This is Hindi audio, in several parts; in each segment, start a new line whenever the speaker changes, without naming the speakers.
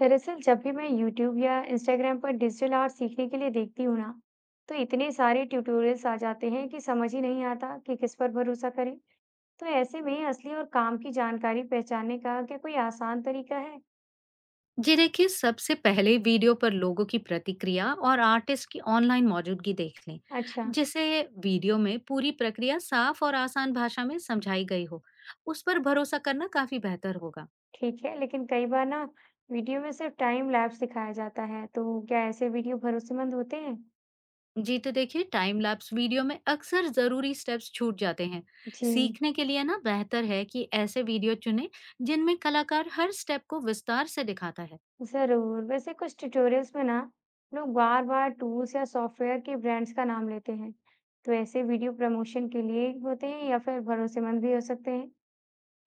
दरअसल जब भी मैं YouTube या Instagram पर डिजिटल आर्ट सीखने के लिए देखती हूँ ना, तो इतने सारे ट्यूटोरियल्स आ जाते हैं कि समझ ही नहीं आता कि किस पर भरोसा करें। तो ऐसे में असली और काम की जानकारी पहचानने का क्या कोई आसान तरीका है?
जी देखिए, सबसे पहले वीडियो पर लोगों की प्रतिक्रिया और आर्टिस्ट की ऑनलाइन मौजूदगी देख लें।
अच्छा।
जिसे वीडियो में पूरी प्रक्रिया साफ और आसान भाषा में समझाई गई हो, उस पर भरोसा करना काफी बेहतर होगा।
ठीक है, लेकिन कई बार ना वीडियो में सिर्फ टाइम लैप्स दिखाया जाता है, तो क्या ऐसे वीडियो भरोसेमंद होते हैं?
जी, तो देखिए, टाइम लैप्स वीडियो में अक्सर जरूरी स्टेप्स छूट जाते हैं।
जी।
सीखने के लिए ना बेहतर है कि ऐसे वीडियो चुने जिनमें कलाकार हर स्टेप को विस्तार से दिखाता है।
जरूर, वैसे कुछ ट्यूटोरियल्स में ना लोग बार बार टूल्स या सॉफ्टवेयर के ब्रांड्स का नाम लेते हैं, तो ऐसे वीडियो प्रमोशन के लिए होते हैं या फिर भरोसेमंद भी हो सकते हैं?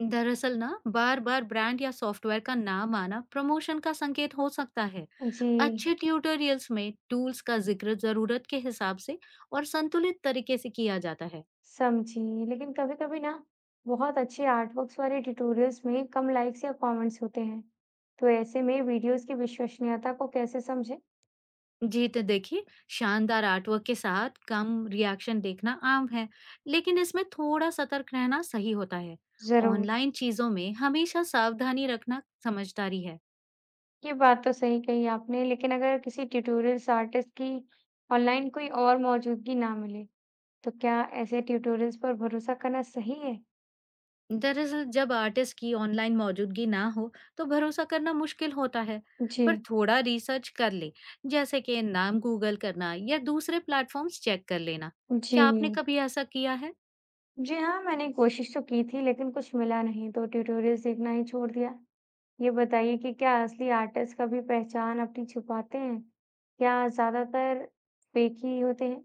दरअसल ना, बार बार ब्रांड या सॉफ्टवेयर का नाम आना प्रमोशन का संकेत हो सकता है।
जी।
अच्छे ट्यूटोरियल्स में टूल्स का जिक्र जरूरत के हिसाब से और संतुलित तरीके से किया जाता है।
समझी, लेकिन कभी कभी ना बहुत अच्छे आर्टवर्क्स वाले ट्यूटोरियल्स में कम लाइक्स या कमेंट्स होते हैं, तो ऐसे में वीडियोस की विश्वसनीयता को कैसे समझे?
जी, तो देखिए, शानदार आर्टवर्क के साथ कम रिएक्शन देखना आम है, लेकिन इसमें थोड़ा सतर्क रहना सही होता है।
जरूर।
ऑनलाइन चीजों में हमेशा सावधानी रखना समझदारी है।
ये बात तो सही कही आपने, लेकिन अगर किसी ट्यूटोरियल्स आर्टिस्ट की ऑनलाइन कोई और मौजूदगी ना मिले, तो क्या ऐसे ट्यूटोरियल्स पर भरोसा करना सही है?
दरअसल, जब आर्टिस्ट की ऑनलाइन मौजूदगी ना हो, तो भरोसा करना मुश्किल होता है। पर
जी।
थोड़ा रिसर्च कर ले, जैसे कि नाम गूगल करना या दूसरे प्लेटफॉर्म्स चेक कर लेना।
जी।
क्या आपने कभी ऐसा किया है?
जी हाँ, मैंने कोशिश तो की थी लेकिन कुछ मिला नहीं, तो ट्यूटोरियल्स देखना ही छोड़ दिया। ये बताइए कि क्या असली आर्टिस्ट कभी पहचान अपनी छुपाते हैं? क्या ज़्यादातर फेक ही होते हैं?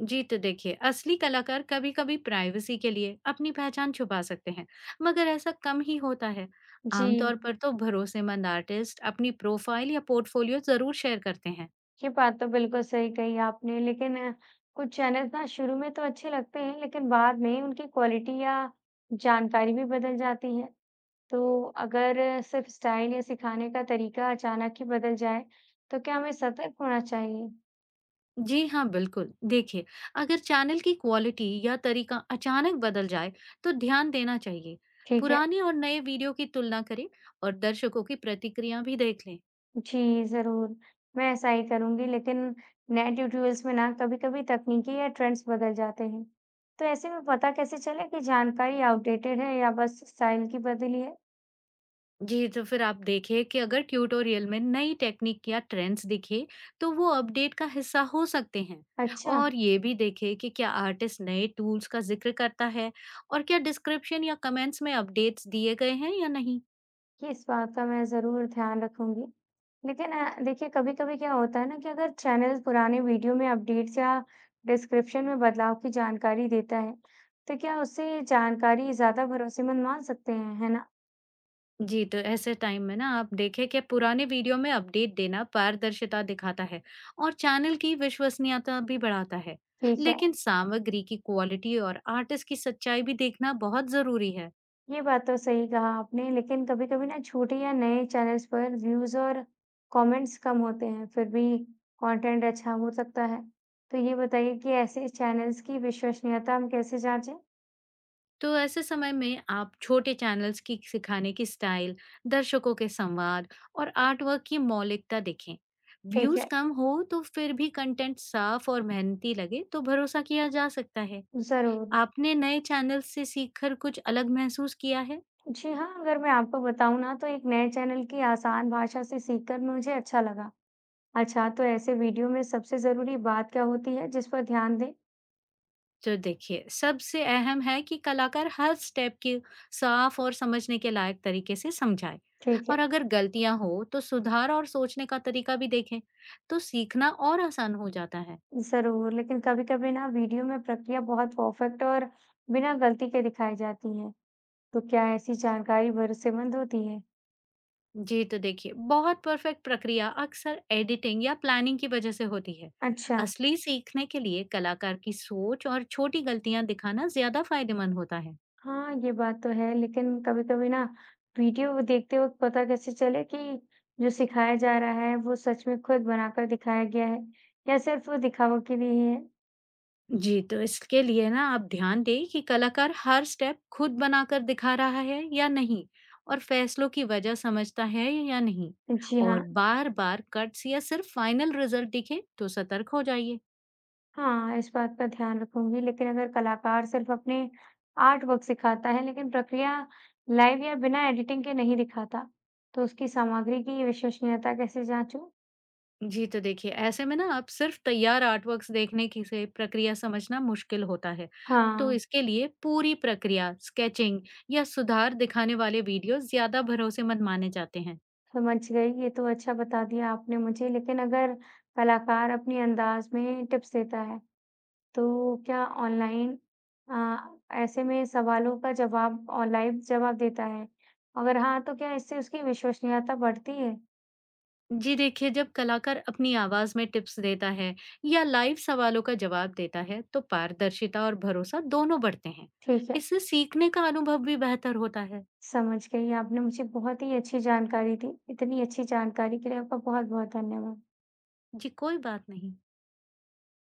जी, तो देखिए, असली कलाकार कभी कभी प्राइवेसी के लिए अपनी पहचान छुपा सकते हैं, मगर ऐसा कम ही होता है।
जी।
आमतौर पर तो भरोसेमंद आर्टिस्ट अपनी प्रोफाइल या पोर्टफोलियो जरूर शेयर करते हैं।
ये बात तो बिल्कुल सही कही आपने, लेकिन कुछ चैनल्स ना शुरू में तो अच्छे लगते हैं लेकिन बाद में उनकी क्वालिटी या जानकारी भी बदल जाती है। तो अगर सिर्फ स्टाइल या सिखाने का तरीका अचानक ही बदल जाए, तो क्या हमें सतर्क होना चाहिए?
जी हाँ, बिल्कुल। देखिए, अगर चैनल की क्वालिटी या तरीका अचानक बदल जाए, तो ध्यान देना चाहिए।
ठीक है।
पुराने और नए वीडियो की तुलना करें और दर्शकों की प्रतिक्रिया भी देख लें।
जी ज़रूर, मैं ऐसा ही करूँगी, लेकिन नए ट्यूटोरियल्स में ना कभी-कभी तकनीकी या ट्रेंड्स बदल जाते हैं। तो ऐसे में पता कैसे चले कि जानकारी आउटडेटेड है या बस स्टाइल की बदली है?
जी, तो फिर आप देखिए कि अगर ट्यूटोरियल में नई टेक्निक या ट्रेंड्स दिखे, तो वो अपडेट का हिस्सा हो सकते हैं।
अच्छा।
और ये भी देखें कि क्या आर्टिस्ट नए टूल्स का जिक्र करता है और क्या डिस्क्रिप्शन या कमेंट्स में अपडेट्स दिए गए हैं या नहीं।
देखिए, इस बात का मैं ज़रूर ध्यान रखूँगी। लेकिन देखिए कभी-कभी क्या होता है ना कि अगर चैनल पुराने वीडियो में अपडेट्स या डिस्क्रिप्शन में बदलाव की जानकारी देता है, तो क्या उससे जानकारी ज़्यादा भरोसेमंद मान सकते हैं, है ना?
जी, तो ऐसे टाइम में ना आप देखें कि पुराने वीडियो में अपडेट देना पारदर्शिता दिखाता है और चैनल की विश्वसनीयता भी बढ़ाता है।
ठीक है।
लेकिन सामग्री की क्वालिटी और आर्टिस्ट की सच्चाई भी देखना बहुत जरूरी है।
ये बात तो सही कहा आपने, लेकिन कभी-कभी ना छोटे या नए चैनल्स पर व्यूज़ और कमेंट्स कम होते हैं, फिर भी कंटेंट अच्छा हो सकता है। तो ये बताइए कि ऐसे चैनल्स की विश्वसनीयता हम कैसे जाँचें?
तो ऐसे समय में आप छोटे चैनल्स की सिखाने की स्टाइल, दर्शकों के संवाद और आर्टवर्क की मौलिकता देखें।
ठीक
व्यूज
है।
कम हो तो फिर भी कंटेंट साफ और मेहनती लगे तो भरोसा किया जा सकता है।
ज़रूर।
आपने नए चैनल से सीखकर कुछ अलग महसूस किया है?
जी हाँ, अगर मैं आपको बताऊँ ना तो एक नए चैनल की आसान भाषा से सीखकर मुझे अच्छा लगा। अच्छा, तो ऐसे वीडियो में सबसे ज़रूरी बात क्या होती है जिस पर ध्यान दें?
तो देखिए, सबसे अहम है कि कलाकार हर स्टेप की साफ और समझने के लायक तरीके से समझाए।
ठीक है।
और अगर गलतियां हो तो सुधार और सोचने का तरीका भी देखें, तो सीखना और आसान हो जाता है।
ज़रूर, लेकिन कभी-कभी ना वीडियो में प्रक्रिया बहुत परफेक्ट और बिना गलती के दिखाई जाती है। तो क्या ऐसी जानकारी भरोसेमंद होती है?
जी, तो देखिए, बहुत परफेक्ट प्रक्रिया अक्सर एडिटिंग या प्लानिंग की वजह से होती है।
अच्छा।
असली सीखने के लिए कलाकार की सोच और छोटी गलतियां दिखाना ज्यादा फायदेमंद होता है।
हाँ, ये बात तो है, लेकिन कभी-कभी ना वीडियो देखते वक्त पता कैसे चले कि जो सिखाया जा रहा है वो सच में खुद बनाकर दिखाया गया है या सिर्फ वो दिखावा के लिए ही है?
जी, तो इसके लिए ना आप ध्यान दें कि कलाकार हर स्टेप खुद बनाकर दिखा रहा है या नहीं, और फैसलों की वजह समझता है या नहीं।
जी
और
हाँ।
बार-बार कट्स या सिर्फ फाइनल रिजल्ट दिखे तो सतर्क हो जाइए।
हाँ, इस बात का ध्यान रखूँगी, लेकिन अगर कलाकार सिर्फ़ अपने आर्टवर्क सिखाता है लेकिन प्रक्रिया लाइव या बिना एडिटिंग के नहीं दिखाता, तो उसकी सामग्री की विश्वसनीयता कैसे जाँचूँ?
जी, तो देखिए, ऐसे में ना आप सिर्फ तैयार आर्टवर्क्स देखने की से प्रक्रिया समझना मुश्किल होता है। तो
हाँ।
इसके लिए पूरी प्रक्रिया, स्केचिंग या सुधार दिखाने वाले वीडियो ज़्यादा भरोसेमंद माने जाते हैं।
समझ गई, ये तो अच्छा बता दिया आपने मुझे, लेकिन अगर कलाकार अपने अंदाज़ में टिप्स देता है, तो क्या ऑनलाइन ऐसे में सवालों का जवाब और लाइव जवाब देता है? अगर हाँ, तो क्या इससे उसकी विश्वसनीयता बढ़ती है?
जी देखिए, जब कलाकार अपनी आवाज़ में टिप्स देता है या लाइव सवालों का जवाब देता है, तो पारदर्शिता और भरोसा दोनों बढ़ते हैं।
ठीक है।
इससे सीखने का अनुभव भी बेहतर होता है।
समझ गई, आपने मुझे बहुत ही अच्छी जानकारी दी। इतनी अच्छी जानकारी के लिए आपका बहुत-बहुत धन्यवाद।
जी, कोई बात नहीं।